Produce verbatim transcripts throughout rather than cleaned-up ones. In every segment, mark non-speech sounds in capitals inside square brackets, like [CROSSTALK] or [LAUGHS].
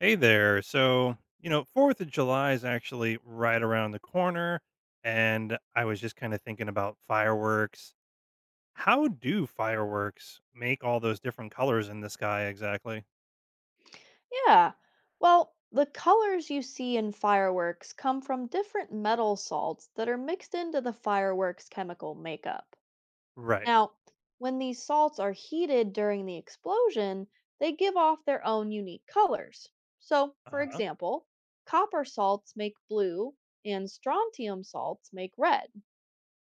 Hey there. So, you know, fourth of July is actually right around the corner. And I was just kind of thinking about fireworks. How do fireworks make all those different colors in the sky exactly? Yeah. Well, the colors you see in fireworks come from different metal salts that are mixed into the fireworks chemical makeup. Right. Now, when these salts are heated during the explosion, they give off their own unique colors. So, for Uh huh. example, copper salts make blue and strontium salts make red.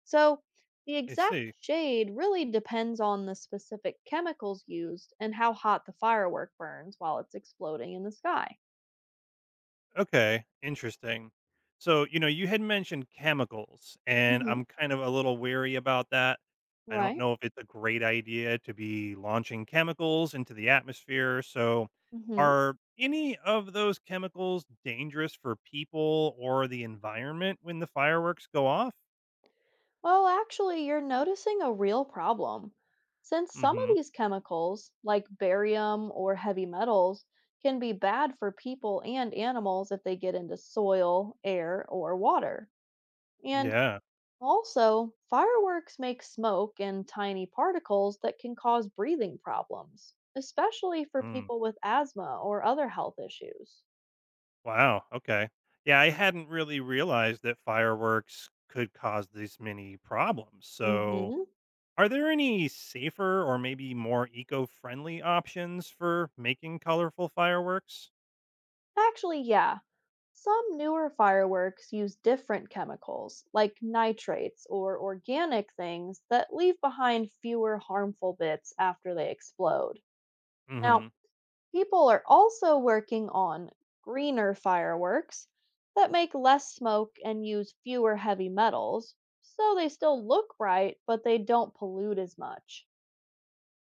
So, the I exact see. shade really depends on the specific chemicals used and how hot the firework burns while it's exploding in the sky. Okay, interesting. So, you know, you had mentioned chemicals, and Hmm. I'm kind of a little wary about that. I don't Right. know if it's a great idea to be launching chemicals into the atmosphere. So, Hmm. are any of those chemicals dangerous for people or the environment when the fireworks go off? Well, actually, you're noticing a real problem, since some of Hmm. these chemicals, like barium or heavy metals, can be bad for people and animals if they get into soil, air, or water. And Yeah. also, fireworks make smoke and tiny particles that can cause breathing problems, especially for Mm. people with asthma or other health issues. Wow. Okay. Yeah, I hadn't really realized that fireworks could cause this many problems. So, Hmm. are there any safer or maybe more eco-friendly options for making colorful fireworks? Actually, yeah. Some newer fireworks use different chemicals, like nitrates or organic things, that leave behind fewer harmful bits after they explode. Now, Mhm. people are also working on greener fireworks that make less smoke and use fewer heavy metals, so they still look bright, but they don't pollute as much.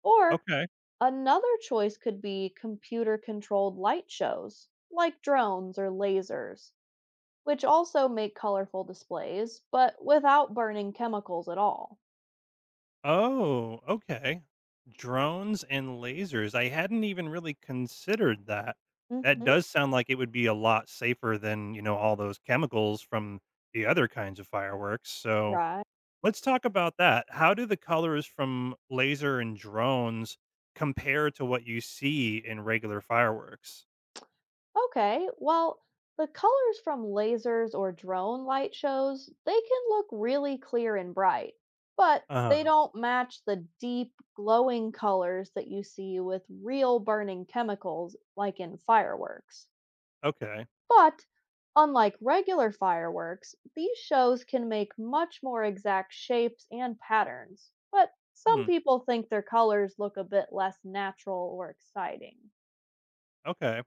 Or Okay. another choice could be computer controlled light shows, like drones or lasers, which also make colorful displays, but without burning chemicals at all. Oh, okay. Drones and lasers. I hadn't even really considered that. That Hmm. does sound like it would be a lot safer than, you know, all those chemicals from the other kinds of fireworks. So, Right. let's talk about that. How do the colors from laser and drones compare to what you see in regular fireworks? Okay. Well, the colors from lasers or drone light shows, they can look really clear and bright, but they Uh-huh. don't match the deep glowing colors that you see with real burning chemicals like in fireworks. Okay. But, unlike regular fireworks, these shows can make much more exact shapes and patterns. But some Hmm, people think their colors look a bit less natural or exciting. okay.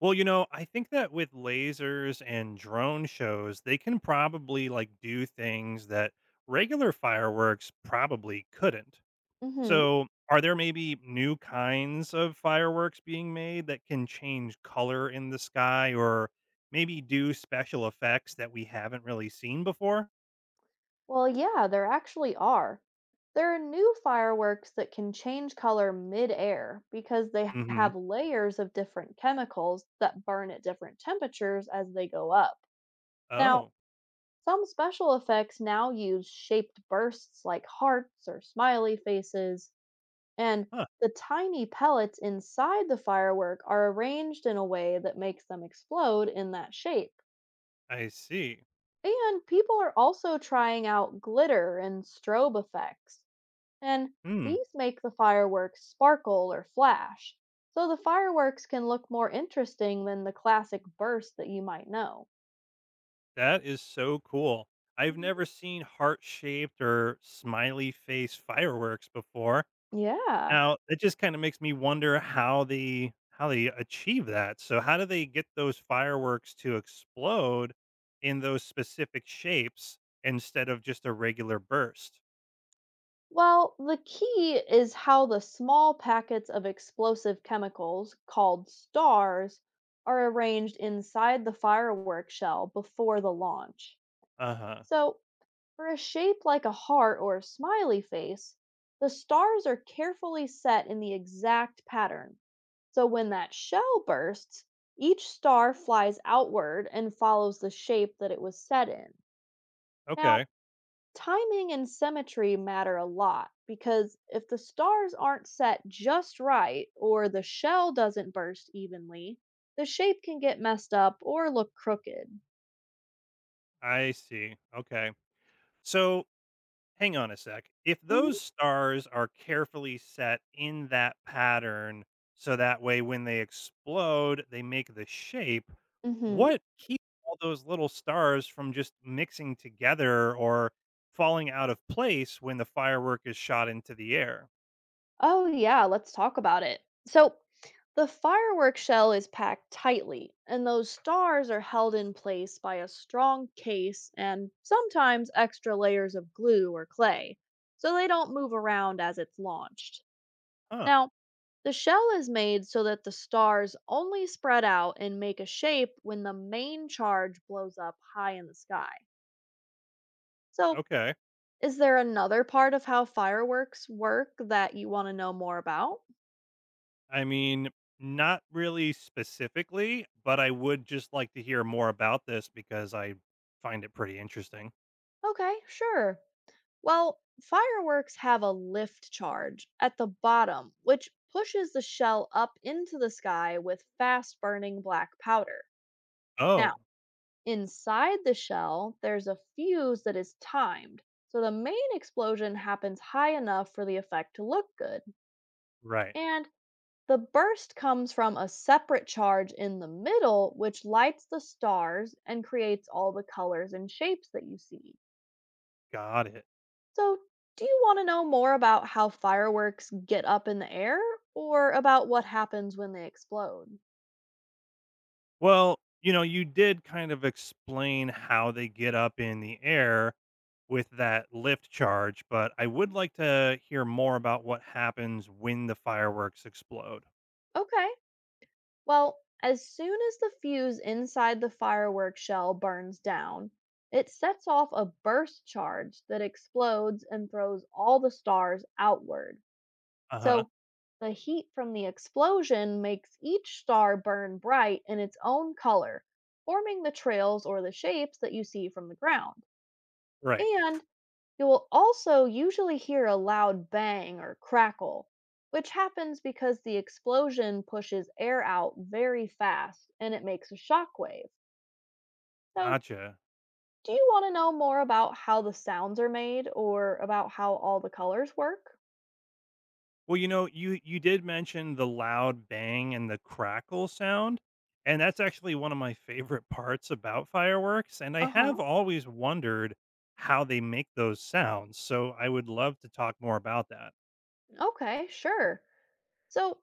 Well, you know, I think that with lasers and drone shows, they can probably like do things that regular fireworks probably couldn't. Hmm. So, are there maybe new kinds of fireworks being made that can change color in the sky or maybe do special effects that we haven't really seen before? Well, yeah, there actually are. There are new fireworks that can change color mid-air because they Mhm. have layers of different chemicals that burn at different temperatures as they go up. Now, Oh. some special effects now use shaped bursts like hearts or smiley faces, and Huh. the tiny pellets inside the firework are arranged in a way that makes them explode in that shape. I see. And people are also trying out glitter and strobe effects, and Hmm. these make the fireworks sparkle or flash, so the fireworks can look more interesting than the classic burst that you might know. That is so cool. I've Mhm. never seen heart-shaped or smiley face fireworks before. Yeah. Now, it just kinda makes me wonder how they how they achieve that. So how do they get those fireworks to explode in those specific shapes instead of just a regular burst? Well, the key is how the small packets of explosive chemicals, called stars, are arranged inside the firework shell before the launch. Uh-huh. So, for a shape like a heart or a smiley face, the stars are carefully set in the exact pattern. So, when that shell bursts, each star flies outward and follows the shape that it was set in. Now, Okay. timing and symmetry matter a lot because if the stars aren't set just right or the shell doesn't burst evenly, the shape can get messed up or look crooked. I see. Okay. So hang on a sec. If those Hmm. stars are carefully set in that pattern so that way when they explode, they make the shape, Hmm. what keeps all those little stars from just mixing together or falling out of place when the firework is shot into the air? Oh, yeah, let's talk about it. So, the firework shell is packed tightly, and those stars are held in place by a strong case and sometimes extra layers of glue or clay, so they don't move around as it's launched. Huh. Now, the shell is made so that the stars only spread out and make a shape when the main charge blows up high in the sky. So, Okay. is there another part of how fireworks work that you want to know more about? I mean, not really specifically, but I would just like to hear more about this because I find it pretty interesting. Okay, sure. Well, fireworks have a lift charge at the bottom, which pushes the shell up into the sky with fast burning black powder. Now, Oh, inside the shell, there's a fuse that is timed, so the main explosion happens high enough for the effect to look good. right. And the burst comes from a separate charge in the middle, which lights the stars and creates all the colors and shapes that you see. Got it. So, do you want to know more about how fireworks get up in the air or about what happens when they explode? Well, you know, you did kind of explain how they get up in the air with that lift charge, but I would like to hear more about what happens when the fireworks explode. Okay. Well, as soon as the fuse inside the firework shell burns down, it sets off a burst charge that explodes and throws all the stars outward. Uh-huh. So, the heat from the explosion makes each star burn bright in its own color, forming the trails or the shapes that you see from the ground. Right. And you will also usually hear a loud bang or crackle, which happens because the explosion pushes air out very fast and it makes a shock wave. So, Gotcha. do you want to know more about how the sounds are made or about how all the colors work? Well, you know, you you did mention the loud bang and the crackle sound, and that's actually one of my favorite [LAUGHS] parts about fireworks, and I Uh have huh. always wondered how they make those sounds. So I would love to talk more about that. Okay, sure. So,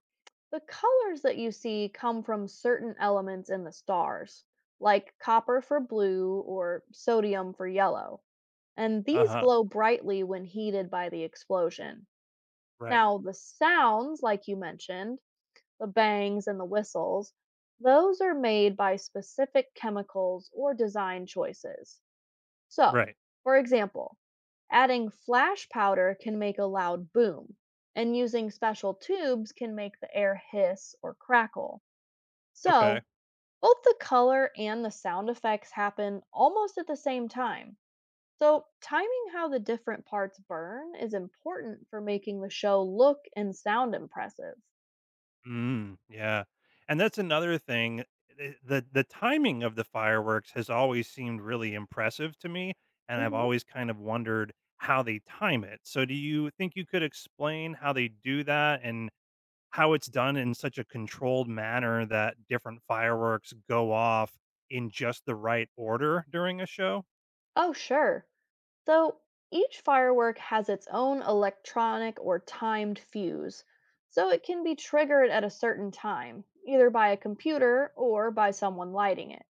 the colors that you see come from certain elements in the stars, like copper for blue or sodium for yellow, and these Uh-huh. glow brightly when heated by the explosion. Right. Now, the sounds, like you mentioned, the bangs and the whistles, those are made by specific chemicals or design choices. So, Right. for example, adding flash powder can make a loud boom, and using special tubes can make the air hiss or crackle. Okay. So, both the color and the sound effects happen almost at the same time, so, timing how the different parts burn is important for making the show look and sound impressive. Mm, yeah. And that's another thing. eh, The the timing of the fireworks has always seemed really impressive to me. And I've Hmm. always kind of wondered how they time it. So do you think you could explain how they do that and how it's done in such a controlled manner that different fireworks go off in just the right order during a show? Oh, sure. So, each firework has its own electronic or timed fuse, so it can be triggered at a certain time, either by a computer or by someone lighting it.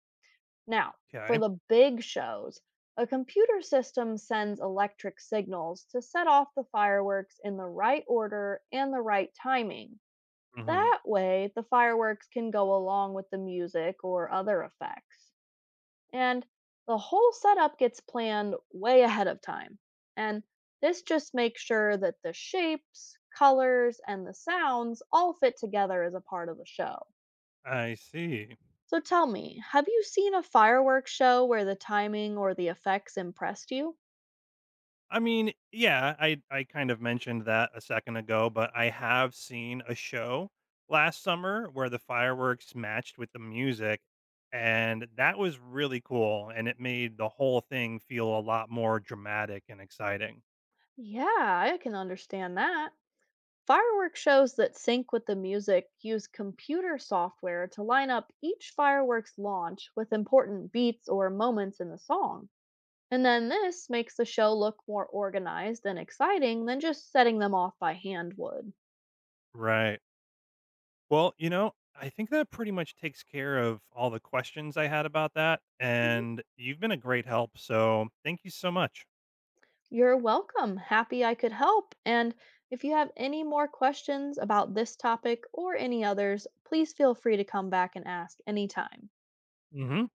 Now, for Okay. the big shows, a computer system sends electric signals to set off the fireworks in the right order and the right timing. Hmm. That way, the fireworks can go along with the music or other effects. And the whole setup gets planned way ahead of time. And this just makes sure that the shapes, colors, and the sounds all fit together as a part of the show. I see. So tell me, have you seen a fireworks show where the timing or the effects impressed you? I mean, yeah, I I kind of mentioned that a second ago, but I have seen a show last summer where the fireworks matched with the music and that was really cool and it made the whole thing feel a lot more dramatic and exciting. Yeah, I can understand that. Firework shows that sync with the music use computer software to line up each fireworks launch with important beats or moments in the song. And then this makes the show look more organized and exciting than just setting them off by hand would. Right. Well, you know, I think that pretty much takes care of all the questions I had about that Mhm. and you've been a great help, so thank you so much. You're welcome. Happy I could help. And if you have any more questions about this topic or any others, please feel free to come back and ask anytime. Mhm.